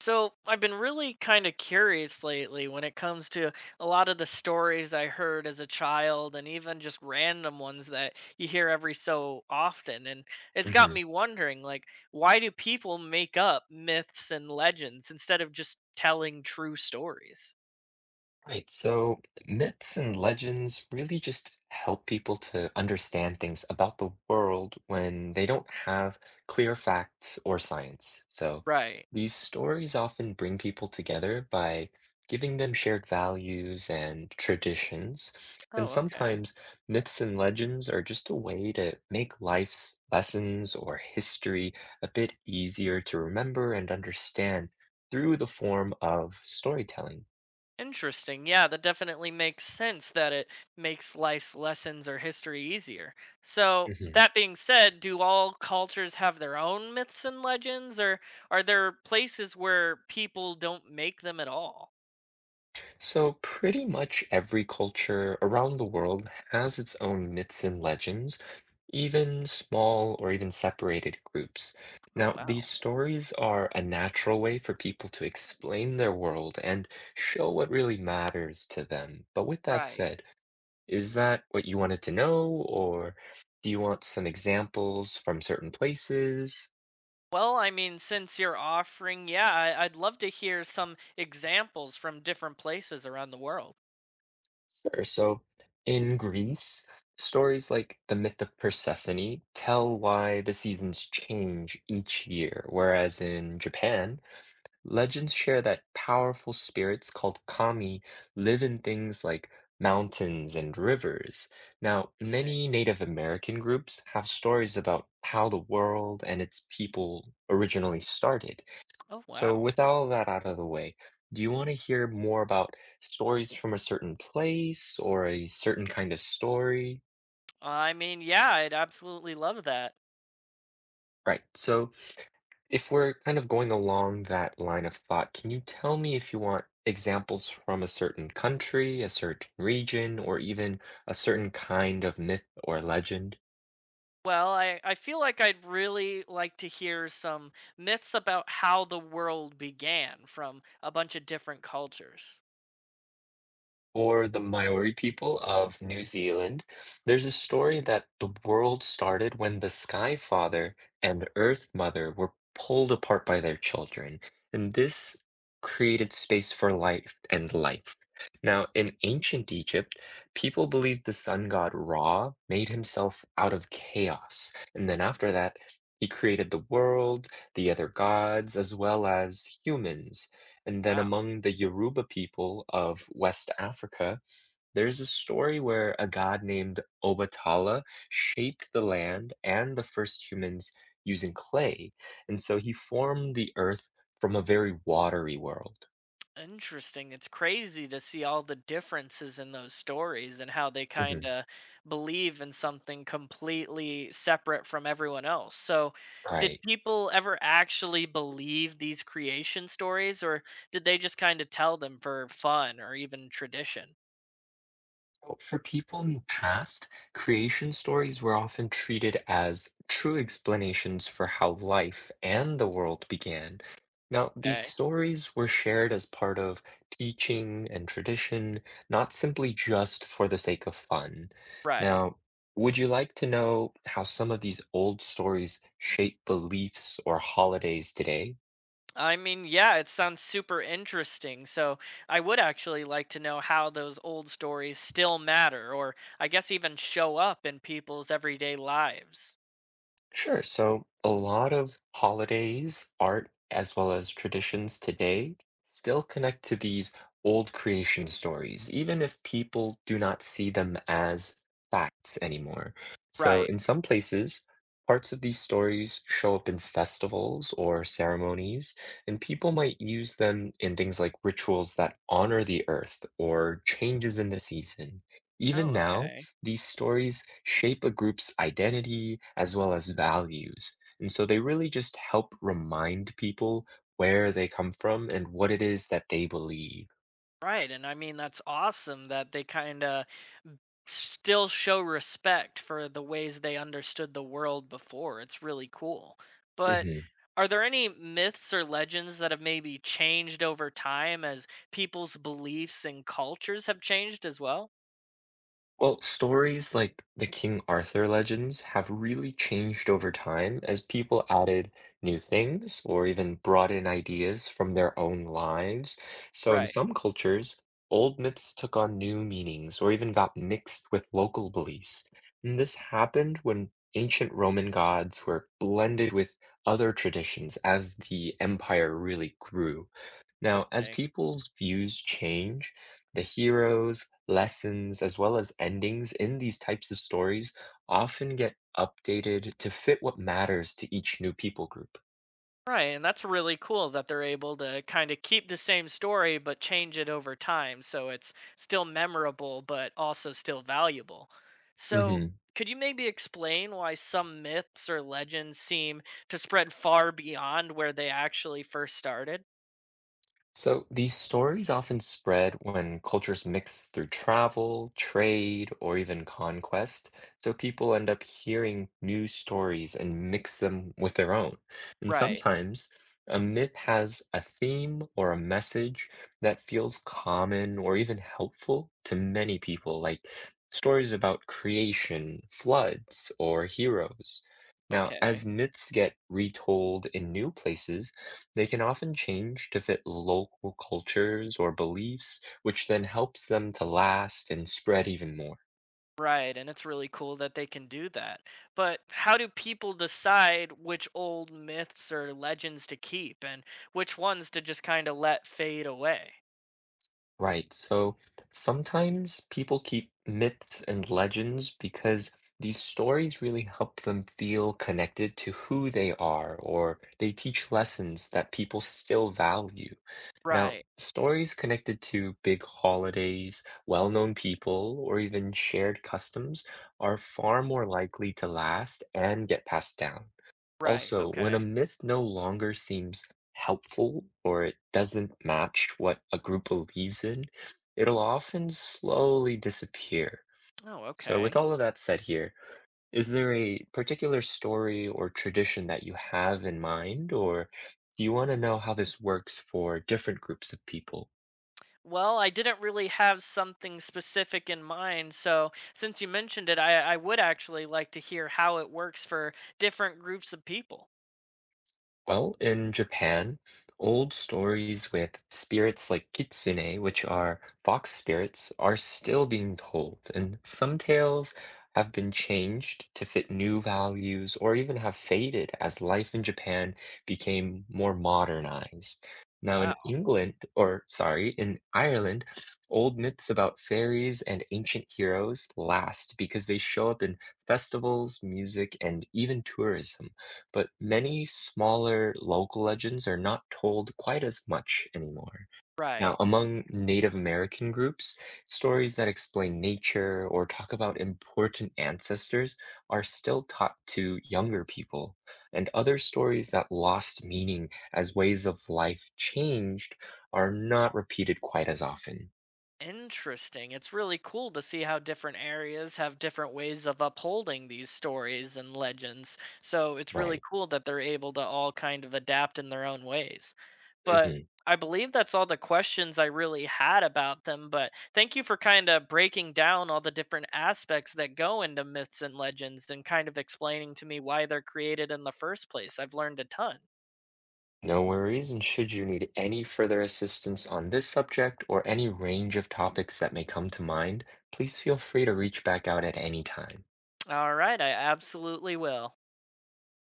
So I've been really kind of curious lately when it comes to a lot of the stories I heard as a child and even just random ones that you hear every so often and it's hmm got me wondering, like, why do people make up myths and legends instead of just telling true stories? Right. So myths and legends really just help people to understand things about the world when they don't have clear facts or science. So Right. these stories often bring people together by giving them shared values and traditions. And Oh, okay. sometimes myths and legends are just a way to make life's lessons or history a bit easier to remember and understand through the form of storytelling. Interesting. Yeah, that definitely makes sense that it makes life's lessons or history easier. So, hmm that being said, do all cultures have their own myths and legends, or are there places where people don't make them at all? So, pretty much every culture around the world has its own myths and legends, even small or even separated groups. Oh, Now, these wow. stories are a natural way for people to explain their world and show what really matters to them. But with that Right. said, is that what you wanted to know, or do you want some examples from certain places? Well, I mean, since you're offering, yeah, I'd love to hear some examples from different places around the world. Sure. So in Greece, stories like the myth of Persephone tell why the seasons change each year, whereas in Japan, legends share that powerful spirits called kami live in things like mountains and rivers. Now, Interesting. many Native American groups have stories about how the world and its people originally started. Oh, So, wow. with all that out of the way, do you want to hear more about stories from a certain place or a certain kind of story? I mean, yeah, I'd absolutely love that. Right. So, if we're kind of going along that line of thought, can you tell me if you want examples from a certain country, a certain region, or even a certain kind of myth or legend? Well, I feel like I'd really like to hear some myths about how the world began from a bunch of different cultures. For the Maori people of New Zealand, there's a story that the world started when the Sky Father and Earth Mother were pulled apart by their children, and this created space for life and life. Now, in ancient Egypt, people believed the sun god Ra made himself out of chaos, and then after that, he created the world, the other gods, as well as humans. And then Wow. among the Yoruba people of West Africa, there's a story where a god named Obatala shaped the land and the first humans using clay. And so he formed the earth from a very watery world. Interesting. It's crazy to see all the differences in those stories and how they Mhm. kind of believe in something completely separate from everyone else. So, did Right. people ever actually believe these creation stories, or did they just kind of tell them for fun or even tradition? So, for people in the past, creation stories were often treated as true explanations for how life and the world began. Now, these Okay. stories were shared as part of teaching and tradition, not simply just for the sake of fun. Right. Now, would you like to know how some of these old stories shape beliefs or holidays today? I mean, yeah, it sounds super interesting. So I would actually like to know how those old stories still matter, or I guess even show up in people's everyday lives. Sure. So a lot of holidays, art, as well as traditions today still connect to these old creation stories, even if people do not see them as facts anymore. So Right. in some places, parts of these stories show up in festivals or ceremonies, and people might use them in things like rituals that honor the earth or changes in the season. Even Oh, now, okay. these stories shape a group's identity as well as values. And so they really just help remind people where they come from and what it is that they believe. Right. And I mean, that's awesome that they kind of still show respect for the ways they understood the world before. It's really cool. But Mhm. are there any myths or legends that have maybe changed over time as people's beliefs and cultures have changed as well? Well, stories like the King Arthur legends have really changed over time as people added new things or even brought in ideas from their own lives. So, in Right. some cultures, old myths took on new meanings or even got mixed with local beliefs. And this happened when ancient Roman gods were blended with other traditions as the empire really grew. Now, as Interesting. people's views change, the heroes, lessons, as well as endings in these types of stories often get updated to fit what matters to each new people group. Right, and that's really cool that they're able to kind of keep the same story but change it over time so it's still memorable but also still valuable. So, Mhm. could you maybe explain why some myths or legends seem to spread far beyond where they actually first started? So these stories often spread when cultures mix through travel, trade, or even conquest. So people end up hearing new stories and mix them with their own. And Right. sometimes a myth has a theme or a message that feels common or even helpful to many people, like stories about creation, floods, or heroes. Now, as Okay. myths get retold in new places, they can often change to fit local cultures or beliefs, which then helps them to last and spread even more. Right, and it's really cool that they can do that. But how do people decide which old myths or legends to keep and which ones to just kind of let fade away? Right, so sometimes people keep myths and legends because these stories really help them feel connected to who they are, or they teach lessons that people still value. Now, Right, stories connected to big holidays, well-known people, or even shared customs are far more likely to last and get passed down. right, Also, when a okay. myth no longer seems helpful or it doesn't match what a group believes in, it'll often slowly disappear. Oh, So, with okay. all of that said here, is there a particular story or tradition that you have in mind, or do you want to know how this works for different groups of people? Well, I didn't really have something specific in mind, so since you mentioned it, I would actually like to hear how it works for different groups of people. Well, in Japan, old stories with spirits like kitsune, which are fox spirits, are still being told, and some tales have been changed to fit new values or even have faded as life in Japan became more modernized. Now, in Wow, England, or sorry, in Ireland, old myths about fairies and ancient heroes last because they show up in festivals, music, and even tourism, but many smaller local legends are not told quite as much anymore. Now, right. among Native American groups, stories that explain nature or talk about important ancestors are still taught to younger people, and other stories that lost meaning as ways of life changed are not repeated quite as often. Interesting. It's really cool to see how different areas have different ways of upholding these stories and legends. So it's really Right. cool that they're able to all kind of adapt in their own ways. But Mhm. I believe that's all the questions I really had about them. But thank you for kind of breaking down all the different aspects that go into myths and legends and kind of explaining to me why they're created in the first place. I've learned a ton. No worries, and should you need any further assistance on this subject or any range of topics that may come to mind, please feel free to reach back out at any time. All right, I absolutely will.